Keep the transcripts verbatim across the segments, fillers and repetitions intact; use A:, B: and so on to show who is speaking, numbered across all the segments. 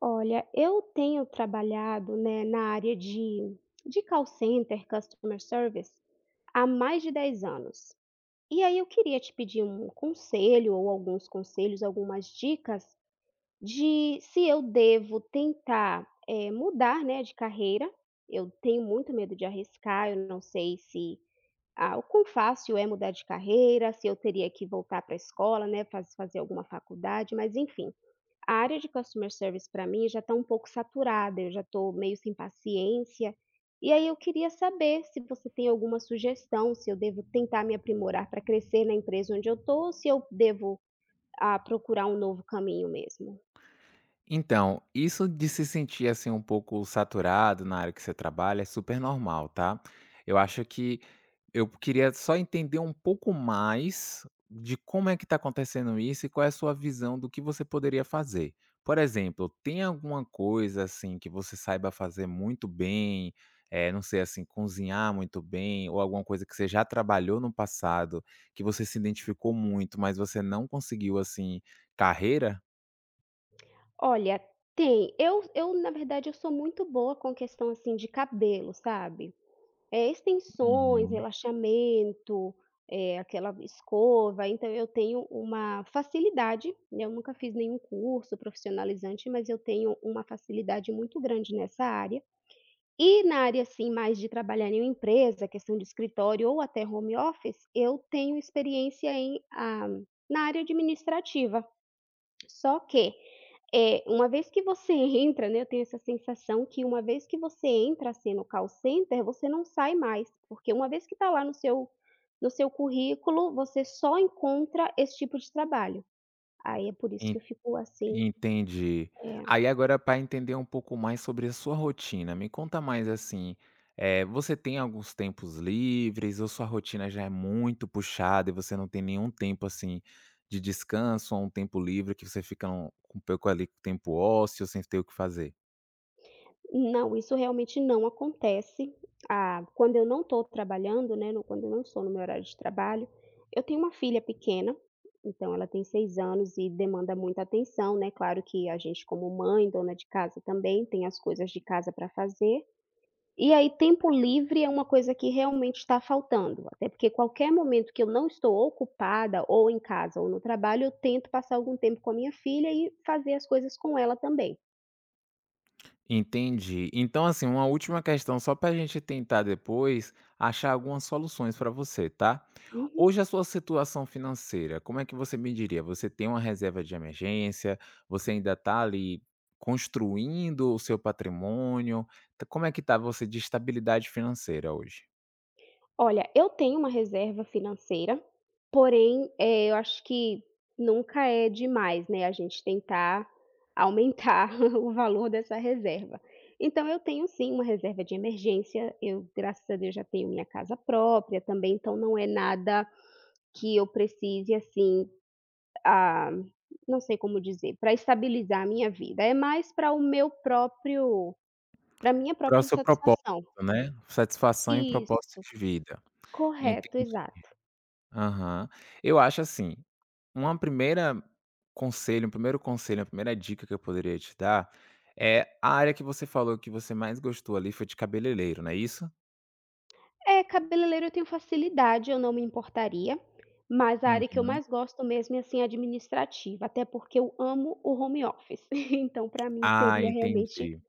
A: Olha, eu tenho trabalhado, né, na área de de call center, customer service, há mais de dez anos. E aí eu queria te pedir um conselho ou alguns conselhos, algumas dicas de se eu devo tentar, eh, mudar, né, de carreira. Eu tenho muito medo de arriscar, eu não sei se ah, o quão fácil é mudar de carreira, se eu teria que voltar para a escola, né, faz fazer alguma faculdade, mas enfim. A área de customer service para mim já está um pouco saturada, eu já estou meio sem paciência. E aí eu queria saber se você tem alguma sugestão, se eu devo tentar me aprimorar para crescer na empresa onde eu estou, ou se eu devo ah, procurar um novo caminho mesmo.
B: Então, isso de se sentir assim um pouco saturado na área que você trabalha é super normal, tá? Eu acho que eu queria só entender um pouco mais de como é que está acontecendo isso e qual é a sua visão do que você poderia fazer. Por exemplo, tem alguma coisa assim que você saiba fazer muito bem, eh, não sei assim, cozinhar muito bem, ou alguma coisa que você já trabalhou no passado, que você se identificou muito, mas você não conseguiu assim carreira?
A: Olha, tem. Eu, eu, na verdade, eu sou muito boa com questão assim de cabelo, sabe? É, extensões,
B: Uhum.
A: relaxamento, eh, aquela escova, então eu tenho uma facilidade, né, eu nunca fiz nenhum curso profissionalizante, mas eu tenho uma facilidade muito grande nessa área. E na área, assim, mais de trabalhar em uma empresa, questão de escritório ou até home office, eu tenho experiência em, ah, na área administrativa. Só que é, uma vez que você entra, né, eu tenho essa sensação que uma vez que você entra, assim, no call center, você não sai mais, porque uma vez que está lá no seu no seu currículo, você só encontra esse tipo de trabalho. Aí é por isso que eu fico assim,
B: Entendi.
A: eh
B: Aí agora para entender um pouco mais sobre a sua rotina, me conta mais assim, eh, você tem alguns tempos livres ou sua rotina já é muito puxada e você não tem nenhum tempo, assim, de descanso ou um tempo livre que você fica um um pouco ali com tempo ósseo sem ter o que fazer?
A: Não, isso realmente não acontece. Ah, quando eu não estou trabalhando, né, no quando eu não estou no meu horário de trabalho, eu tenho uma filha pequena, então ela tem seis anos e demanda muita atenção, né, claro que a gente como mãe, dona de casa também, tem as coisas de casa para fazer. E aí tempo livre é uma coisa que realmente está faltando, até porque qualquer momento que eu não estou ocupada ou em casa ou no trabalho, eu tento passar algum tempo com a minha filha e fazer as coisas com ela também.
B: Entendi. Então, assim, uma última questão só para a gente tentar depois achar algumas soluções para você, tá?
A: Uhum.
B: Hoje a sua situação financeira, como é que você me diria? Você tem uma reserva de emergência? Você ainda está ali construindo o seu patrimônio? Tá- Como é que está você de estabilidade financeira hoje?
A: Olha, eu tenho uma reserva financeira, porém, eh, eu acho que nunca é demais, né, a gente tentar aumentar o valor dessa reserva. Então eu tenho sim uma reserva de emergência, eu, graças a Deus, já tenho minha casa própria também, então não é nada que eu precise, assim, ah, não sei como dizer, para estabilizar a minha vida, é mais para o meu próprio para minha
B: Para o
A: própria
B: seu propósito,
A: satisfação.
B: né? Satisfação e propósito
A: Isso,
B: de vida.
A: correto,
B: Entendi.
A: exato.
B: Aham. Eu acho assim, uma primeira conselho um primeiro conselho, uma primeira dica que eu poderia te dar, é a área que você falou que você mais gostou ali foi de cabeleireiro, não é isso?
A: É, cabeleireiro eu tenho facilidade, eu não me importaria, mas a
B: Uhum.
A: área que eu mais gosto mesmo é, assim, administrativa, até porque eu amo o home office, então para mim
B: Ah,
A: seria realmente
B: entendi.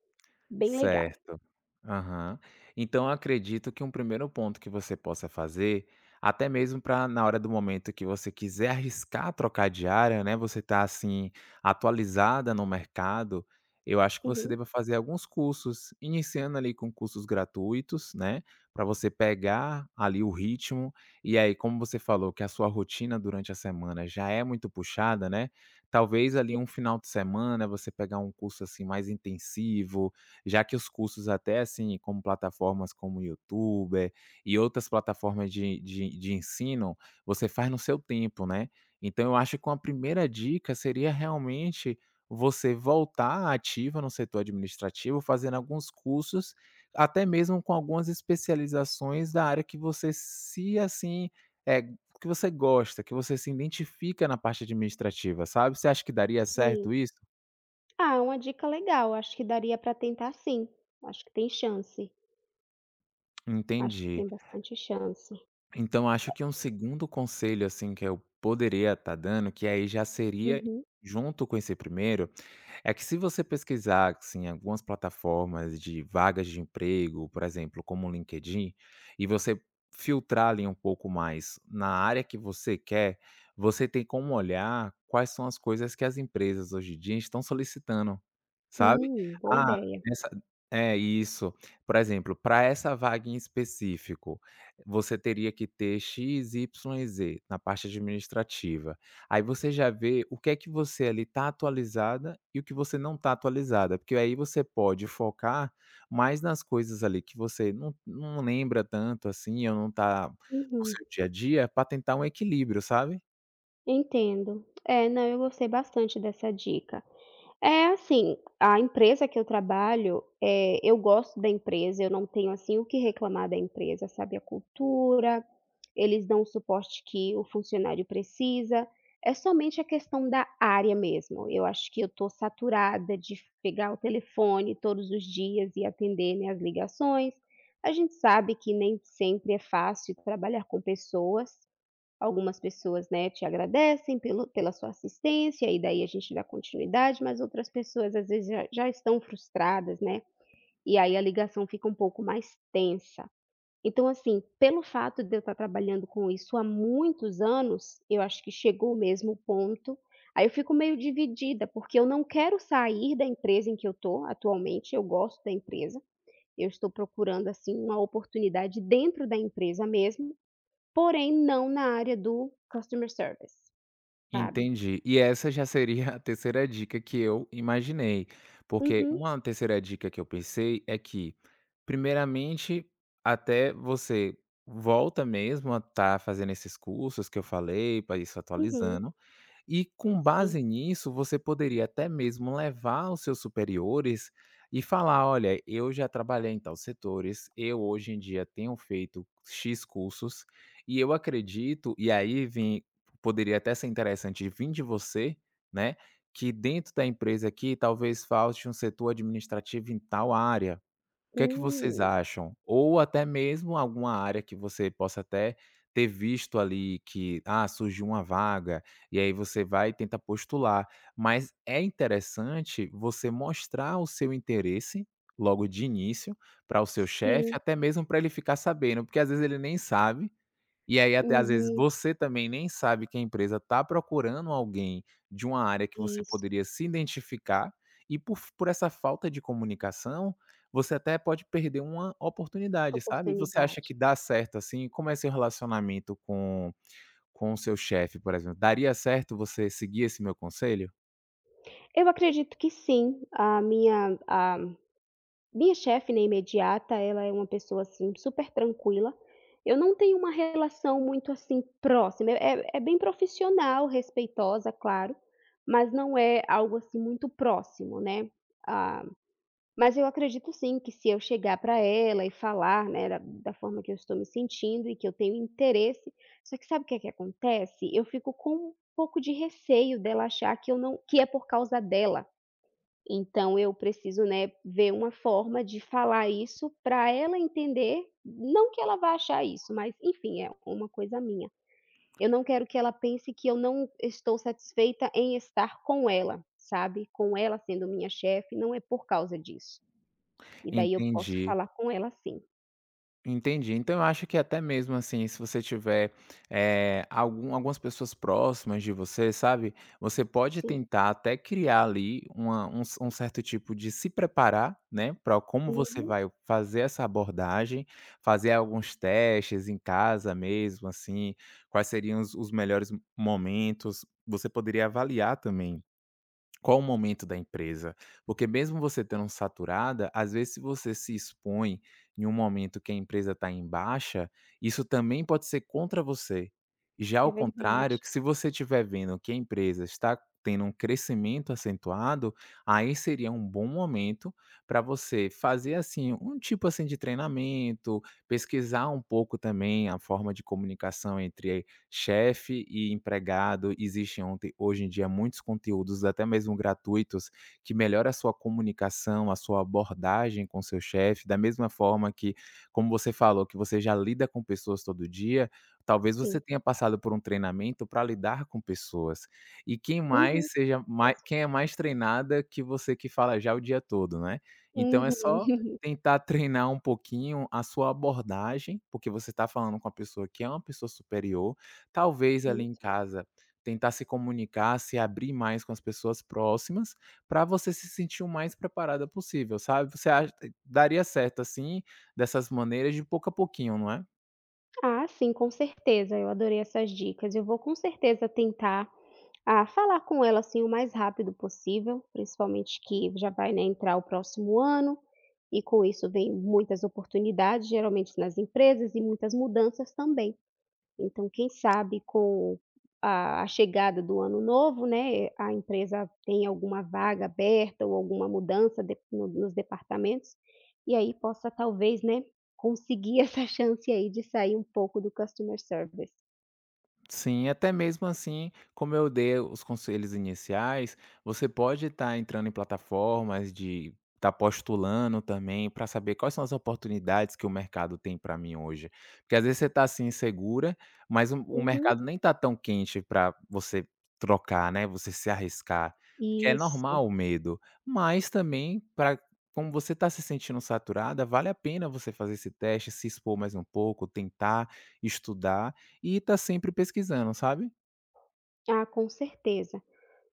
A: bem legal.
B: Certo. Aham. Então eu acredito que um primeiro ponto que você possa fazer, até mesmo para na hora do momento que você quiser arriscar trocar de área, né, você tá, assim, atualizada no mercado, eu acho que você
A: Uhum.
B: deva fazer alguns cursos, iniciando ali com cursos gratuitos, né, para você pegar ali o ritmo, e aí como você falou que a sua rotina durante a semana já é muito puxada, né, talvez
A: Sim,
B: ali um final de semana você pegar um curso, assim, mais intensivo, já que os custos até, assim, como plataformas como o YouTube e outras plataformas de de de ensino, você faz no seu tempo, né. Então eu acho que uma primeira dica seria realmente você voltar ativa no setor administrativo, fazendo alguns cursos, até mesmo com algumas especializações da área que você se assim, é que você gosta, que você se identifica na parte administrativa, sabe. Você acha que daria certo
A: sim.
B: isso?
A: Ah, é uma dica legal, acho que daria para tentar sim, acho que tem chance. Acho que
B: Entendi.
A: tem bastante chance.
B: Então acho que um segundo conselho, assim, que eu poderia estar dando, que aí já seria
A: Uhum.
B: junto com esse primeiro, é que se você pesquisar, assim, algumas plataformas de vagas de emprego, por exemplo, como o LinkedIn, e você filtrar ali um pouco mais na área que você quer, você tem como olhar quais são as coisas que as empresas hoje em dia estão solicitando, sabe?
A: Hum, boa
B: Ah,
A: ideia.
B: nessa é isso. Por exemplo, para essa vaga em específico, você teria que ter X, Y Z na parte administrativa. Aí você já vê o que é que você ali tá atualizada e o que você não tá atualizada, porque aí você pode focar mais nas coisas ali que você não não lembra tanto assim, ou não tá no
A: Uhum.
B: seu dia a dia, para tentar um equilíbrio, sabe.
A: Entendo. É, não, eu gostei bastante dessa dica. É, assim, a empresa que eu trabalho, eh, eu gosto da empresa, eu não tenho, assim, o que reclamar da empresa, sabe, a cultura, eles dão o suporte que o funcionário precisa, é somente a questão da área mesmo. Eu acho que eu tô saturada de pegar o telefone todos os dias e atender, né, as ligações. A gente sabe que nem sempre é fácil trabalhar com pessoas. Algumas pessoas, né, te agradecem pelo pela sua assistência, e daí a gente dá continuidade, mas outras pessoas às vezes já já estão frustradas, né, e aí a ligação fica um pouco mais tensa. Então assim, pelo fato de eu estar trabalhando com isso há muitos anos, eu acho que chegou mesmo o ponto, aí eu fico meio dividida, porque eu não quero sair da empresa em que eu estou atualmente, eu gosto da empresa, eu estou procurando, assim, uma oportunidade dentro da empresa mesmo, porém, não na área do customer service, sabe.
B: Entendi. E essa já seria a terceira dica que eu imaginei, porque
A: Uhum,
B: uma terceira dica que eu pensei é que, primeiramente, até você volta mesmo a tá fazendo esses cursos que eu falei, para isso
A: uhum,
B: atualizando. E com
A: sim.
B: base nisso, você poderia até mesmo levar os seus superiores e falar: "Olha, eu já trabalhei em tal setores, eu hoje em dia tenho feito X cursos e eu acredito", e aí vem, poderia até ser interessante vir de você, né, que dentro da empresa aqui talvez falte um setor administrativo em tal área, o que é que vocês
A: Hum,
B: acham? Ou até mesmo alguma área que você possa até ter visto ali que, ah, surgiu uma vaga, e aí você vai e tenta postular. Mas é interessante você mostrar o seu interesse logo de início para o seu chefe,
A: sim,
B: até mesmo para ele ficar sabendo, porque às vezes ele nem sabe, e aí até às vezes
A: uhum,
B: você também nem sabe que a empresa tá procurando alguém de uma área que você
A: isso,
B: poderia se identificar, e por f por essa falta de comunicação, você até pode perder uma oportunidade, sabe. Você acha
A: oportunidade.
B: que dá certo, assim? Como é seu relacionamento com com o seu chefe, por exemplo? Daria certo você seguir esse meu conselho?
A: Eu acredito que sim, a minha a minha chefe, né, imediata, ela é uma pessoa, assim, super tranquila. Eu não tenho uma relação muito, assim, próxima, é é bem profissional, respeitosa, claro, mas não é algo, assim, muito próximo, né. Ah Mas eu acredito sim que se eu chegar para ela e falar, né, da da forma que eu estou me sentindo e que eu tenho interesse, só que sabe o que é que acontece? Eu fico com um pouco de receio dela achar que eu não que é por causa dela. Então eu preciso, né, ver uma forma de falar isso para ela entender, não que ela vá achar isso, mas enfim, é uma coisa minha. Eu não quero que ela pense que eu não estou satisfeita em estar com ela, sabe, com ela sendo minha chefe, não é por causa disso. E daí eu posso
B: Entendi.
A: falar com ela sim,
B: Entendi. Então eu acho que até mesmo assim, se você tiver eh, algum, algumas pessoas próximas de você, sabe? Você pode
A: sim.
B: tentar até criar ali uma- um, um certo tipo de se preparar, né? Para como você
A: Uhum,
B: vai fazer essa abordagem, fazer alguns testes em casa mesmo, assim, quais seriam os os melhores momentos. Você poderia avaliar também qual o momento da empresa? Porque mesmo você tendo um saturada, às vezes se você se expõe em um momento que a empresa está em baixa, isso também pode ser contra você. Já ao
A: é
B: contrário,
A: verdade.
B: que se você estiver vendo que a empresa está tendo um crescimento acentuado, aí seria um bom momento para você fazer assim um tipo assim de treinamento, pesquisar um pouco também a forma de comunicação entre chefe e empregado, existem ontem hoje em dia muitos conteúdos, até mesmo gratuitos, que melhoram a sua comunicação, a sua abordagem com seu chefe, da mesma forma que, como você falou, que você já lida com pessoas todo dia, talvez você
A: Sim.
B: tenha passado por um treinamento para lidar com pessoas. E quem
A: Uhum.
B: mais seja mai
A: Certeza.
B: quem é mais treinada que você que fala já o dia todo, né. Então é só
A: Uhum.
B: tentar treinar um pouquinho a sua abordagem, porque você está falando com a pessoa que é uma pessoa superior. Talvez ali em
A: Isso.
B: casa tentar se comunicar, se abrir mais com as pessoas próximas, para você se sentir o mais preparada possível, sabe. Você acha daria certo assim, dessas maneiras de pouco a pouquinho, não é?
A: Ah, sim, com certeza, eu adorei essas dicas. Eu vou com certeza tentar, ah, falar com ela, assim, o mais rápido possível, principalmente que já vai, né, entrar o próximo ano, e com isso vem muitas oportunidades, geralmente nas empresas, e muitas mudanças também. Então, quem sabe com a a chegada do ano novo, né, a empresa tem alguma vaga aberta ou alguma mudança de no nos departamentos, e aí possa talvez, né, conseguir essa chance aí de sair um pouco do customer service.
B: Sim, até mesmo assim, como eu dei os conselhos iniciais, você pode estar entrando em plataformas de estar postulando também para saber quais são as oportunidades que o mercado tem para mim hoje. Porque às vezes você está assim insegura, mas o, o
A: Uhum,
B: mercado nem está tão quente para você trocar, né? Você se arriscar. Porque é
A: isso.
B: normal o medo. Mas também, para como você está se sentindo saturada, vale a pena você fazer esse teste, se expor mais um pouco, tentar estudar e tá sempre pesquisando, sabe?
A: Ah, com certeza.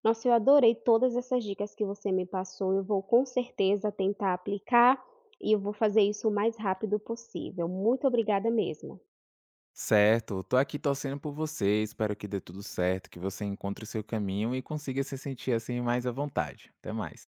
A: Nossa, eu adorei todas essas dicas que você me passou, eu vou com certeza tentar aplicar, e eu vou fazer isso o mais rápido possível. Muito obrigada mesmo.
B: Certo, tô aqui torcendo por você, espero que dê tudo certo, que você encontre o seu caminho e consiga se sentir assim mais à vontade. Até mais.